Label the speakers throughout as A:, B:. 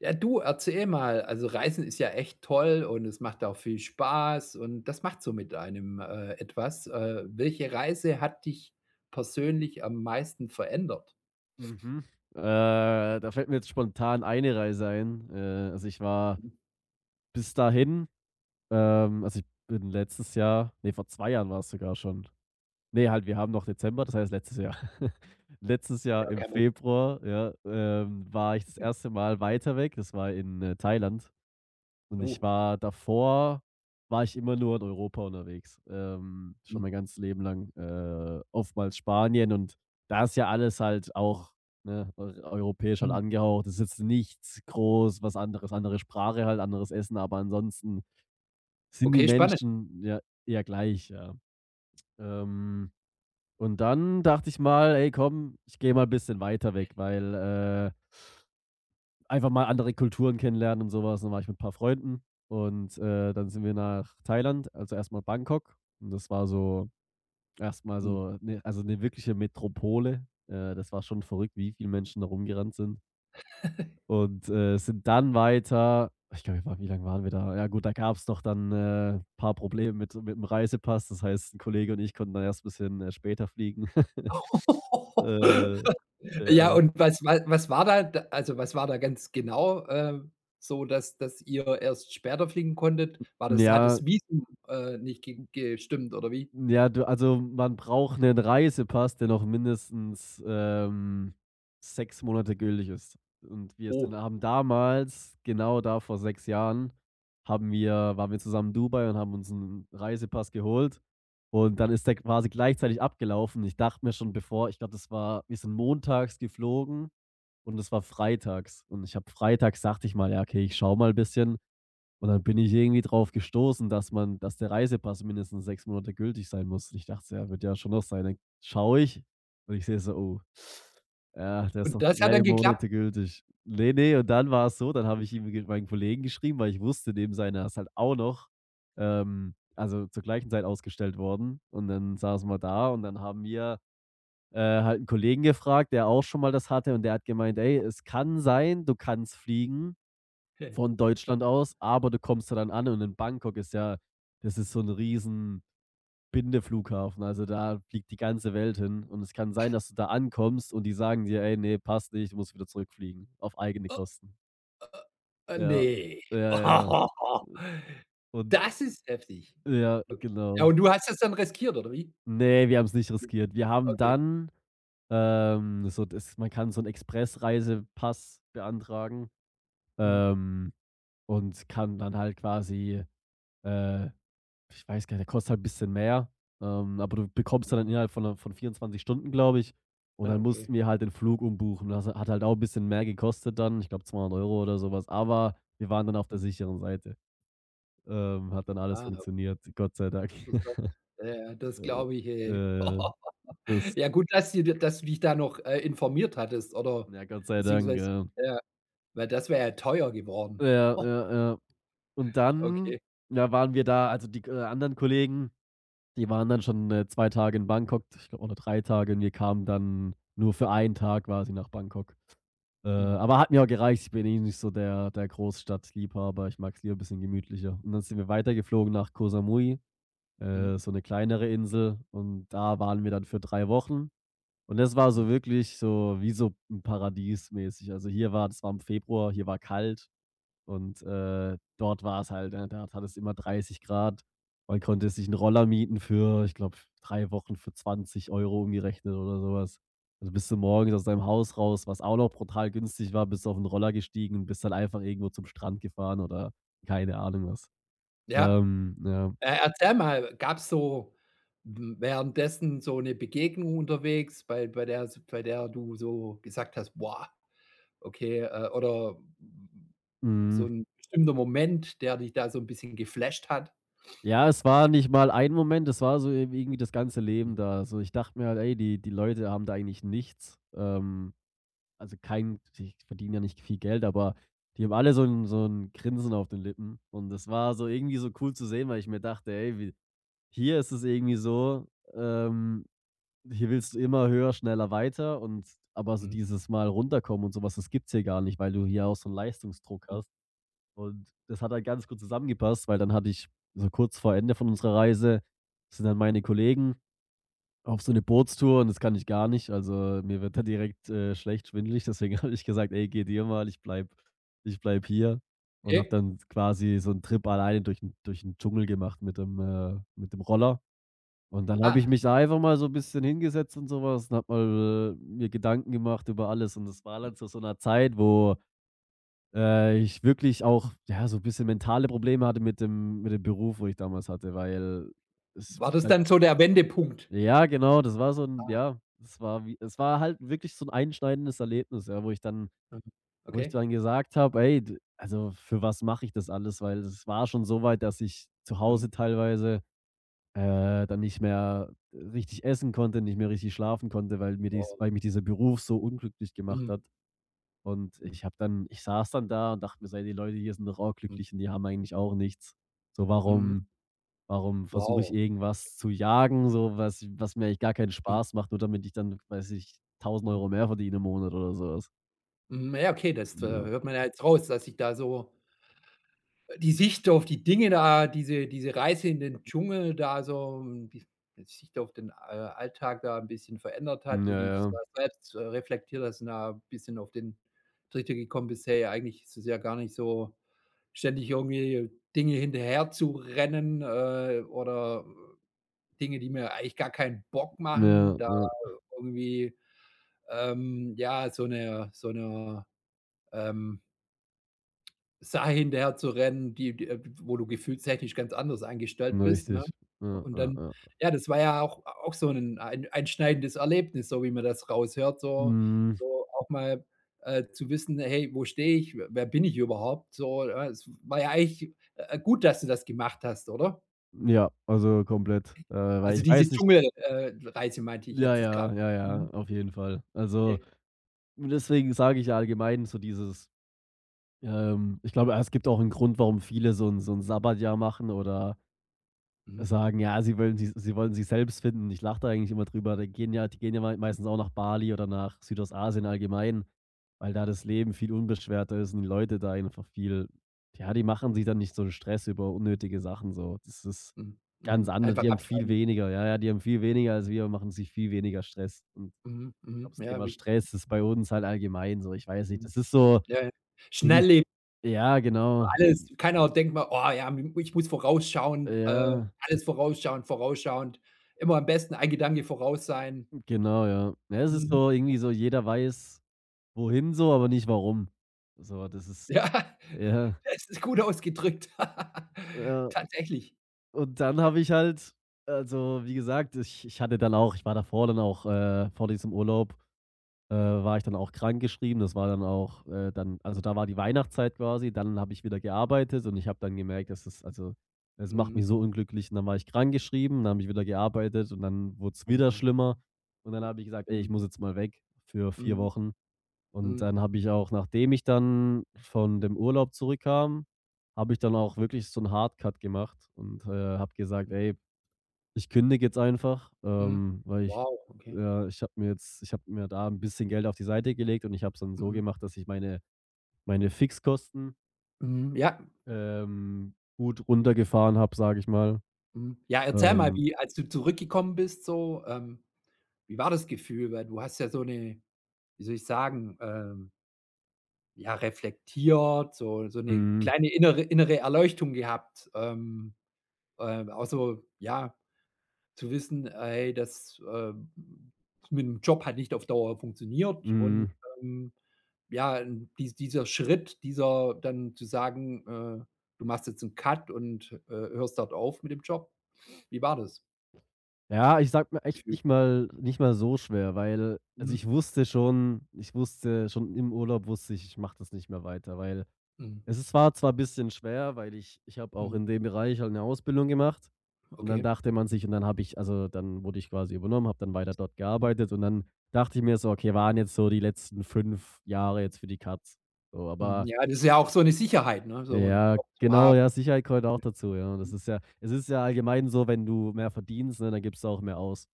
A: Ja, du, erzähl mal. Also, Reisen ist ja echt toll und es macht auch viel Spaß und das macht so mit einem, etwas. Welche Reise hat dich persönlich am meisten verändert?
B: Mhm. Äh, Da fällt mir jetzt spontan eine Reise ein. Also ich war
A: Mhm,
B: bis dahin, also ich bin letztes Jahr, nee, vor 2 Jahren war es sogar schon. Ne, halt, wir haben noch Dezember, das heißt letztes Jahr. Letztes Jahr
A: ja,
B: im
A: kein Problem.
B: Februar, ja, war ich das erste Mal weiter weg. Das war in Thailand, und ich
A: Oh,
B: war davor, war ich immer nur in Europa unterwegs, schon
A: mhm,
B: mein ganzes Leben lang, oftmals Spanien. Und da ist ja alles halt auch, ne, eu europäisch halt
A: mhm.
B: angehaucht. Es ist jetzt nichts groß was anderes, andere Sprache halt, anderes Essen, aber ansonsten sind die
A: Okay, spannend.
B: Menschen ja eher gleich, ja. Ähm und dann dachte ich mal: „Ey, komm, ich gehe mal 'n bisschen weiter weg", weil einfach mal andere Kulturen kennenlernen und sowas was. Dann war ich mit ein paar Freunden, und dann sind wir nach Thailand, also erstmal Bangkok. Und das war so erstmal
A: Mhm.
B: so 'ne, also eine wirkliche Metropole. Das war schon verrückt, wie viele Menschen da rumgerannt sind. Und sind dann weiter, ich glaube, wir waren wie lange waren wir da? Ja, gut, da gab es noch dann ein paar Probleme mit dem Reisepass. Das heißt, ein Kollege und ich konnten dann erst ein bisschen später fliegen. Äh, ja.
A: Ja, und was war da d also, was war da ganz genau, so, dass ihr erst später fliegen konntet? War das, hat
B: Ja,
A: das Visum, nicht ge gestimmt oder wie?
B: ja, du, also, man braucht einen Reisepass, der noch mindestens 6 Monate gültig ist. Und wir sind
A: Oh,
B: haben damals, genau da vor 6 Jahren, haben wir waren wir zusammen in Dubai und haben uns einen Reisepass geholt. Und dann ist der quasi gleichzeitig abgelaufen. Ich dachte mir schon, bevor ich glaube, das war, wir sind montags geflogen und es war freitags. Und ich habe freitags dachte ich mal: „Ja, okay, ich schaue mal ein bisschen", und dann bin ich irgendwie drauf gestoßen, dass der Reisepass mindestens 6 Monate gültig sein muss. Und ich dachte so: „Ja, wird ja schon noch sein." Dann schaue ich und ich sehe so: „Oh, ja, der ist
A: und
B: noch
A: das hat
B: 3
A: dann geklappt?
B: Monate gültig." Ne, nee. Und dann war es so, dann habe ich ihm ge meinen Kollegen geschrieben, weil ich wusste, neben seiner ist halt auch noch, also, zur gleichen Zeit ausgestellt worden. Und dann saßen wir da und dann haben wir halt einen Kollegen gefragt, der auch schon mal das hatte, und der hat gemeint: „Ey, es kann sein, du kannst fliegen von Deutschland aus, aber du kommst da dann an, und in Bangkok, ist ja, das ist so ein riesen Bindeflughafen. Also, da fliegt die ganze Welt hin, und es kann sein, dass du da ankommst und die sagen dir: „Ey, nee, passt nicht, du musst wieder zurückfliegen auf eigene Kosten."" Ja,
A: Ne.
B: ja, ja, ja. Und
A: Das ist heftig.
B: ja,
A: Okay. Ja,
B: genau.
A: und du hast das dann riskiert, oder wie?
B: Ne, wir haben's nicht riskiert. Wir haben
A: Okay.
B: dann, so, das, man kann so 'n Expressreisepass beantragen,
A: Mhm.
B: ähm, und kann dann halt quasi, äh ich weiß gar nicht, der kostet halt ein bisschen mehr, aber du bekommst dann innerhalb von 'ner von 24 Stunden, glaube ich. Und
A: Ja,
B: dann mussten
A: okay.
B: wir halt den Flug umbuchen. Das hat halt auch ein bisschen mehr gekostet dann, ich glaube 200 € oder sowas, aber wir waren dann auf der
A: Mhm.
B: sicheren Seite. Hat dann alles
A: Ah,
B: funktioniert, Gott sei Dank.
A: interessant. Ja, ja, das glaube ich,
B: Äh,
A: ey.
B: äh, das
A: Ja gut, dass dir dass du dich da noch, informiert hattest oder
B: Ja, Gott sei Dank,
A: beziehungsweise
B: ja.
A: ja, weil das wäre ja teuer geworden.
B: Ja, ja, ja. Und dann,
A: Okay.
B: ja, waren wir da, also die anderen Kollegen, die waren dann schon 2 Tage in Bangkok, ich glaube, oder 3 Tage, und wir kamen dann nur für einen Tag quasi nach Bangkok.
A: Mhm,
B: Aber hat mir auch gereicht. Ich bin eh nicht so der Großstadtliebhaber. Ich mag's lieber ein bisschen gemütlicher. Und dann sind wir weitergeflogen nach Koh Samui,
A: mhm,
B: so eine kleinere Insel, und da waren wir dann für 3 Wochen. Und das war
A: mhm.
B: so wirklich so wie so 'n Paradies mäßig. Also, hier war, das war im Februar, hier war kalt. Und dort war es halt, ne, dort hat es immer 30 Grad. Man konnte sich einen Roller mieten für, ich glaube, 3 Wochen für 20 € umgerechnet oder sowas. Also, bist du morgens aus deinem Haus raus, was auch noch brutal günstig war, bist auf den Roller gestiegen und bist dann einfach irgendwo zum Strand gefahren oder keine Ahnung was.
A: Ja.
B: Ja.
A: Erzähl mal, gab es so w währenddessen so eine Begegnung unterwegs, bei der du so gesagt hast: „Wow, okay“, oder
B: Mhm.
A: so ein bestimmter Moment, der dich da so ein bisschen geflasht hat?
B: Ja, es war nicht mal ein Moment, es war so irgendwie das ganze Leben da. So, ich dachte mir halt: „Ey, die Leute haben da eigentlich nichts." Also, kein, die verdienen ja nicht viel Geld, aber die haben alle so ein Grinsen auf den Lippen, und das war so irgendwie so cool zu sehen, weil ich mir dachte: „Ey, wie, hier ist es irgendwie so, ähm, hier willst du immer höher, schneller, weiter, und aber so
A: Mhm,
B: dieses mal runterkommen und sowas, das gibt's hier gar nicht, weil du hier auch so einen Leistungsdruck
A: mhm,
B: hast." Und das hat halt ganz gut zusammengepasst, weil dann hatte ich so kurz vor Ende von unserer Reise, sind dann meine Kollegen auf so 'ne Bootstour, und das kann ich gar nicht. Also, mir wird da direkt schlecht, schwindelig. Deswegen habe ich gesagt: „Ey, geht ihr mal, ich bleibe, hier." Und habe
A: okay.
B: dann quasi so 'n Trip alleine durch 'n Dschungel gemacht mit dem Roller. Und dann habe ich
A: Ah,
B: mich da einfach mal so 'n bisschen hingesetzt und so was und habe mal mir Gedanken gemacht über alles. Und das war dann zu so 'ner Zeit, wo ich wirklich auch, ja, so 'n bisschen mentale Probleme hatte mit dem Beruf, wo ich damals hatte, weil es
A: war
B: mich
A: das
B: halt,
A: dann so der Wendepunkt?
B: ja, genau, das war so 'n,
A: Ah,
B: ja, das war wie, es war halt wirklich so 'n einschneidendes Erlebnis, ja, wo ich dann,
A: mhm, okay.
B: gesagt habe: „Ey, d also, für was mache ich das alles?" Weil es war schon so weit, dass ich zu Hause
A: Mhm,
B: teilweise dann nicht mehr richtig essen konnte, nicht mehr richtig schlafen konnte, weil mir dies
A: wow.
B: weil mich dieser Beruf so unglücklich gemacht
A: Mhm,
B: hat. Und
A: mhm,
B: ich habe dann, ich saß dann da und dachte mir so: „Ey, die Leute hier sind doch auch
A: mhm,
B: glücklich und die haben eigentlich auch nichts. So,
A: mhm,
B: warum, warum versuche ich
A: wow.
B: irgendwas zu jagen, so, was, was mir eigentlich gar keinen
A: Mhm,
B: Spaß macht, nur damit ich dann, weiß ich, 1.000
A: mhm,
B: Euro mehr verdiene im Monat oder sowas? Was.
A: mhm, ja, okay, das,
B: Ja.
A: hört man ja jetzt raus, dass sich da so die Sicht auf die Dinge da, diese Reise in den Dschungel da so, die Sicht auf den, Alltag da ein bisschen verändert hat,
B: Ja,
A: du dich
B: ja.
A: da selbst, reflektiert hast und da ein bisschen auf den Trichter gekommen bist: „Hey, eigentlich ist es ja gar nicht so, ständig irgendwie Dinge hinterherzurennen, oder Dinge, die mir eigentlich gar keinen Bock
B: Ja,
A: machen, da
B: ja.
A: irgendwie, ja, so eine ähm Sache hinterher zu rennen, die wo du gefühlstechnisch ganz anders eingestellt bist, ne?
B: Richtig. Ja,
A: Und
B: ja,
A: dann
B: ja.
A: ja, das war ja auch auch so 'nen ein einschneidendes Erlebnis, so wie man das raushört, so
B: Hm,
A: so auch mal, zu wissen: „Hey, wo stehe ich? W Wer bin ich überhaupt?“ So, ja, es war ja eigentlich, gut, dass du das gemacht hast, oder?
B: ja, also komplett weil
A: Also,
B: ich
A: diese
B: weiß nicht,
A: Dschungel Reise meinte ich
B: ja,
A: jetzt grad.
B: ja, ja, ja,
A: Mhm,
B: auf jeden Fall. Also,
A: okay.
B: deswegen sage ich ja allgemein so dieses, ich glaube, es gibt auch einen Grund, warum viele so ein so 'n Sabbatjahr machen oder
A: Mhm,
B: sagen, ja, sie wollen, sie wollen sich selbst finden. Ich lache da eigentlich immer drüber. Die gehen ja meistens auch nach Bali oder nach Südostasien allgemein, weil da das Leben viel unbeschwerter ist und die Leute da einfach viel, ja, die machen sich dann nicht so 'n Stress über unnötige Sachen so. Das ist
A: mhm,
B: ganz
A: mhm.
B: anders.
A: Einfach
B: Die haben viel
A: abschalten.
B: weniger, ja, ja, die haben viel weniger als wir, machen sich viel weniger Stress. Und
A: Mhm,
B: ich glaube,
A: mhm.
B: das
A: Ja,
B: Thema
A: wicht
B: Stress ist bei uns halt allgemein so. Ich weiß nicht,
A: mhm,
B: das ist so
A: ja, ja.
B: irgendwie ist-
A: Schnelllebig
B: ja, genau.
A: alles, keiner denkt mal: „Oh ja, ich muss vorausschauend
B: Ja,
A: alles vorausschauend, immer am besten ein Gedanke voraus sein.“
B: genau, ja. Ja, es ist
A: Mhm.
B: so irgendwie so, jeder weiß wohin so, aber nicht warum. So, das ist,
A: Ja,
B: ja,
A: das ist gut ausgedrückt.
B: ja.
A: Tatsächlich.
B: Und dann habe ich halt, also, wie gesagt, ich hatte dann auch, ich war davor dann auch, vor diesem Urlaub war ich dann auch krankgeschrieben. Das war dann auch, dann, also, da war die Weihnachtszeit quasi, dann habe ich wieder gearbeitet und ich habe dann gemerkt, dass es, also, es macht
A: Mhm.
B: mich so unglücklich, und dann war ich krankgeschrieben, dann habe ich wieder gearbeitet und dann wurde es
A: Ja.
B: wieder schlimmer, und dann habe ich gesagt: „Ey, ich
A: Mhm.
B: muss jetzt mal weg für vier
A: Mhm.
B: Wochen.“ Und
A: Mhm.
B: dann habe ich auch, nachdem ich dann von dem Urlaub zurückkam, habe ich dann auch wirklich so 'n Hardcut gemacht und habe gesagt:
A: Mhm.
B: „Ey, ich kündige jetzt einfach,
A: Mhm.
B: weil ich,
A: Wow, okay.
B: ich habe mir jetzt, ich habe mir da 'n bisschen Geld auf die Seite gelegt, und ich habe es dann so
A: Mhm.
B: gemacht, dass ich meine, Fixkosten,
A: Mhm. Ja.
B: gut runtergefahren habe, sage ich mal."
A: Mhm. Ja, erzähl mal,
B: Ähm,
A: wie als du zurückgekommen bist so, wie war das Gefühl? Weil du hast ja so 'ne wie soll ich sagen, ähm. Ja, reflektiert, so so eine
B: mhm,
A: kleine innere Erleuchtung gehabt, ähm, auch so, ja, zu wissen, hey, das, mit dem Job hat nicht auf Dauer funktioniert und,
B: mhm.
A: ähm, ja, dieser Schritt, dieser dann zu sagen, du machst jetzt einen Cut und, hörst dort auf mit dem Job. Wie war das
B: Ja, ich sag mir echt
A: Gefühl?
B: nicht mal so schwer, weil
A: Mhm.
B: ich wusste schon im Urlaub wusste ich, ich mache das nicht mehr weiter, weil
A: Mhm.
B: es ist war zwar bisschen schwer, weil ich habe auch
A: Mhm.
B: in dem Bereich halt 'ne Ausbildung gemacht und dann
A: Okay.
B: dachte man sich und dann habe ich dann wurde ich quasi übernommen, habe dann weiter dort
A: Mhm.
B: gearbeitet und dann dachte ich mir so: „Okay, waren jetzt so die letzten 5 Jahre jetzt für die Katz." So,
A: Mhm.
B: aber
A: Ja, das ist ja auch so eine Sicherheit, ne, so einen
B: ja,
A: Job zu
B: genau,
A: haben.
B: ja, Sicherheit gehört auch dazu, ja. Das ist ja allgemein so, wenn du mehr verdienst, ne, dann gibst du auch mehr aus.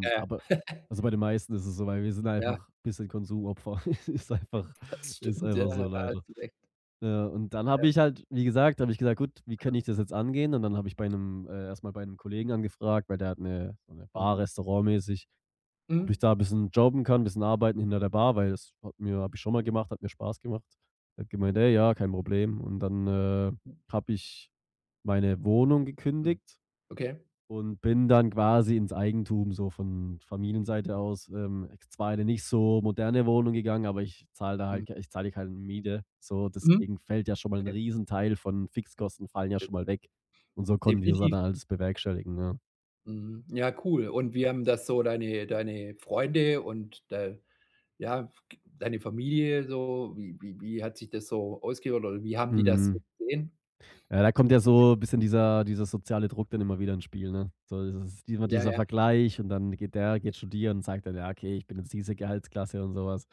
A: Ja, ja.
B: Aber bei den meisten ist es so, weil wir sind
A: Ja.
B: einfach ein bisschen Konsumopfer. Ist einfach
A: Das
B: Ist
A: stimmt, ja,
B: einfach
A: ja,
B: so
A: ja, hast
B: leider.
A: du recht.
B: Ja, und dann habe
A: Ja.
B: ich halt, wie gesagt, habe ich gesagt: „Gut, wie kann ich das jetzt angehen?" Und dann habe ich bei einem erst bei einem Kollegen angefragt, weil der hat eine so 'ne Bar,
A: Mhm.
B: restaurantmäßig, ob ich
A: Mhm.
B: da ein bisschen jobben kann, ein bisschen arbeiten hinter der Bar, weil das hat mir habe ich schon mal gemacht, hat mir Spaß gemacht. Er hat gemeint: „Ey, ja, kein Problem." Und
A: Mhm.
B: habe ich meine Wohnung
A: Mhm.
B: gekündigt
A: Okay.
B: und bin dann quasi ins Eigentum so von Familienseite aus, zwar in 'ne nicht so moderne Wohnung gegangen, aber ich zahle da
A: Mhm.
B: halt ich zahle keine Miete, so.
A: Mhm.
B: Deswegen fällt ja schon mal 'n
A: Okay.
B: Riesenteil von Fixkosten fallen ja
A: De
B: schon mal weg. Und so konnten die das dann
A: Definitiv.
B: alles bewerkstelligen, ja.
A: Mhm. Ja, cool. Und wie haben das so deine Freunde und de ja, g deine Familie so, wie hat sich das so ausgewirkt oder wie haben die das so
B: Mhm.
A: gesehen?
B: Ja, da kommt ja so 'n bisschen dieser soziale Druck dann immer wieder ins Spiel, ne? So, das ist immer
A: Ja,
B: dieser
A: ja.
B: Vergleich und dann geht der geht studieren und sagt dann: „Ja, okay, ich bin jetzt diese Gehaltsklasse" und sowas.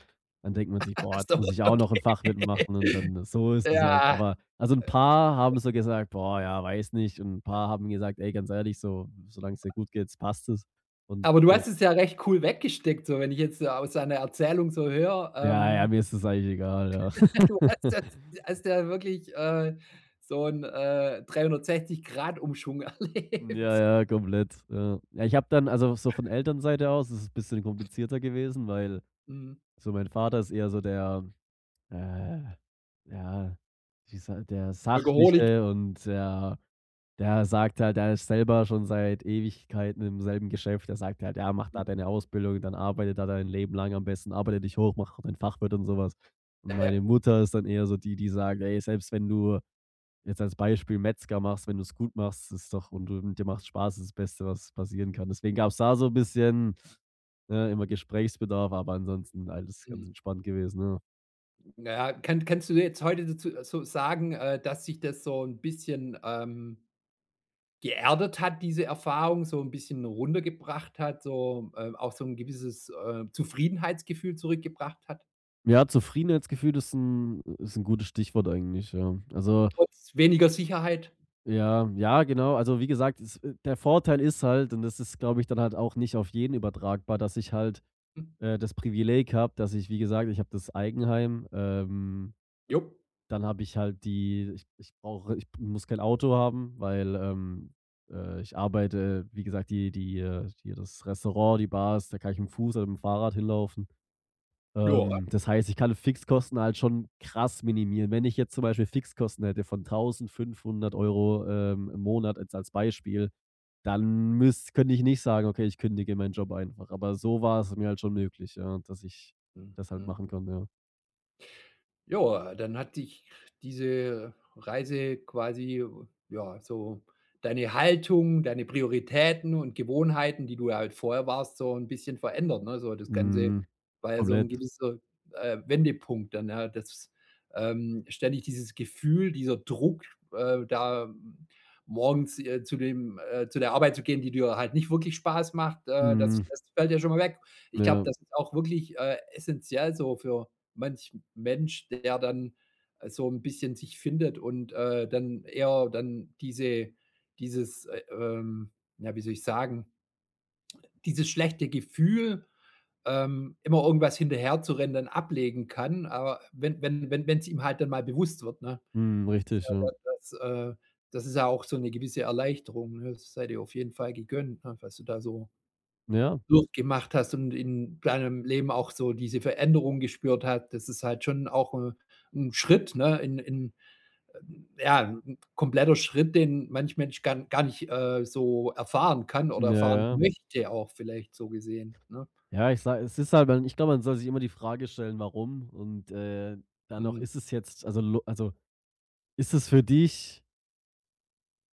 B: Dann denkt man sich: „Boah,
A: Ach
B: jetzt
A: so,
B: muss ich auch noch ein
A: okay.
B: Fach mitmachen" und dann so ist es halt.
A: Ja,
B: Aber ein
A: äh,
B: paar haben so gesagt: „Boah, ja, weiß nicht" und ein paar haben gesagt: „Ey, ganz ehrlich, so solange es dir gut geht, passt es" und
A: aber du
B: so.
A: hast es ja recht cool weggesteckt, so wenn ich jetzt, aus deiner Erzählung so höre,
B: Ja, ja,
A: ähm.
B: mir ist es eigentlich egal, ja.
A: Du hast das Hast ja wirklich, so 'n 360 Grad Umschwung erlebt.
B: Ja, ja, komplett, ja. Ja, ich habe dann von Elternseite aus ist es ein bisschen komplizierter gewesen, weil
A: Mhm.
B: so, mein Vater ist eher so der, äh, ja, wie sa der
A: Workaholic.
B: Sachliche und der sagt halt, der ist selber schon seit Ewigkeiten im selben Geschäft. Der sagt halt: „Ja, mach da deine Ausbildung, dann arbeite da dein Leben lang am besten, arbeite dich hoch, mach dein Fachwirt und sowas." Und
A: Ja, ja.
B: meine Mutter ist dann eher so die, die sagt: „Ey, selbst wenn du jetzt als Beispiel Metzger machst, wenn du es gut machst, ist doch und du dir macht Spaß, ist das Beste, was passieren kann." Deswegen gab es da so ein bisschen, ne, immer Gesprächsbedarf, aber ansonsten alles
A: Mhm.
B: ganz entspannt gewesen, ja.
A: Na ja, kannst du jetzt heute dazu so sagen, dass sich das so ein bisschen, geerdet hat, diese Erfahrung, so ein bisschen runtergebracht hat, so, auch so ein gewisses, Zufriedenheitsgefühl zurückgebracht hat,
B: Ja, Zufriedenheitsgefühl ist ein gutes Stichwort eigentlich, ja. Also,
A: trotz weniger Sicherheit?
B: ja, ja, genau. Also, wie gesagt, es der Vorteil ist halt, und das ist, glaube ich, dann halt auch nicht auf jeden übertragbar, dass ich halt
A: Mhm.
B: das Privileg habe, dass ich, wie gesagt, ich habe das Eigenheim.
A: Jo.
B: Dann habe ich halt die ich ich brauche ich muss kein Auto haben, ich arbeite, wie gesagt, hier das Restaurant, die Bars, da kann ich mit'm Fuß oder mit'm Fahrrad hinlaufen.
A: Ja.
B: Das heißt, ich kann Fixkosten halt schon krass minimieren. Wenn ich jetzt zum Beispiel Fixkosten hätte von 1.500 € im Monat jetzt als Beispiel, dann müsst könnte ich nicht sagen: „Okay, ich kündige meinen Job einfach." Aber so war es mir halt schon möglich, ja, dass ich
A: Mhm.
B: das halt
A: Mhm.
B: machen konnte, ja.
A: Ja, dann hat dich diese Reise quasi, ja, so deine Haltung, deine Prioritäten und Gewohnheiten, die du ja halt vorher warst, so ein bisschen verändert, ne? So das Ganze
B: Mhm,
A: war ja so ein
B: komplett.
A: gewisser, Wendepunkt dann, ja, das, ähm, ständig dieses Gefühl, dieser Druck, da morgens, zu der Arbeit zu gehen, die dir halt nicht wirklich Spaß macht,
B: Mhm,
A: das fällt ja schon mal weg. Ich glaube,
B: ja.
A: das ist auch wirklich, essenziell so für manch Mensch, der dann so ein bisschen sich findet und, dann eher dann dieses, äh, ähm, ja, wie soll ich sagen, dieses schlechte Gefühl, immer irgendwas hinterherzurennen, dann ablegen kann. Aber wenn es ihm halt dann mal bewusst wird, ne?
B: Mhm,
A: Das ist ja
B: richtig, ja.
A: das ist ja auch so eine gewisse Erleichterung, ne? Das sei dir auf jeden Fall gegönnt, ne, was du da so
B: Ja,
A: durchgemacht hast und in deinem Leben auch so diese Veränderung gespürt hat. Das ist halt schon auch, 'n Schritt, ne, in äh, ja, 'n kompletter Schritt, den manch Mensch gar nicht, so erfahren kann oder
B: ja,
A: erfahren
B: ja.
A: möchte auch vielleicht so gesehen, ne?
B: Ja, ich sage, es ist halt man ich glaube, man soll sich immer die Frage stellen: „Warum?" Und dann noch:
A: Mhm,
B: „Ist es jetzt also, lo also, ist es für dich,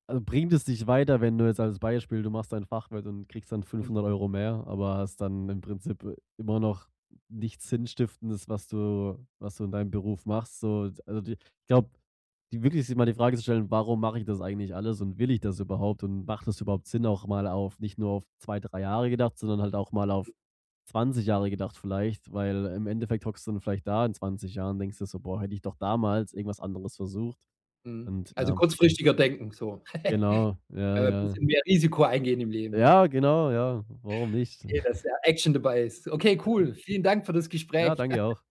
B: Bringt es dich weiter, wenn du jetzt als Beispiel, du machst dein Fachwirt und kriegst dann
A: mhm,
B: 500 € mehr, aber hast dann im Prinzip immer noch nichts Sinnstiftendes, was du in deinem Beruf machst, so." Also, die ich glaube, die wirklich, sich mal die Frage zu stellen: „Warum mache ich das eigentlich alles und will ich das überhaupt und macht das überhaupt Sinn?" Auch mal, auf nicht nur auf 2, 3 Jahre gedacht, sondern halt auch mal auf 20 Jahre gedacht vielleicht, weil im Endeffekt hockst du dann vielleicht da in 20 Jahren, denkst du so: „Boah, hätte ich doch damals irgendwas anderes versucht."
A: mhm.
B: Und,
A: Also,
B: ja,
A: kurzfristiger denken so,
B: genau, ja,
A: ein
B: ja.
A: bisschen mehr Risiko eingehen im Leben, ne?
B: Ja, genau, ja. Warum nicht?
A: Okay, dass da Action dabei ist. Okay, cool. Vielen Dank für das
B: Ja,
A: Gespräch.
B: danke auch.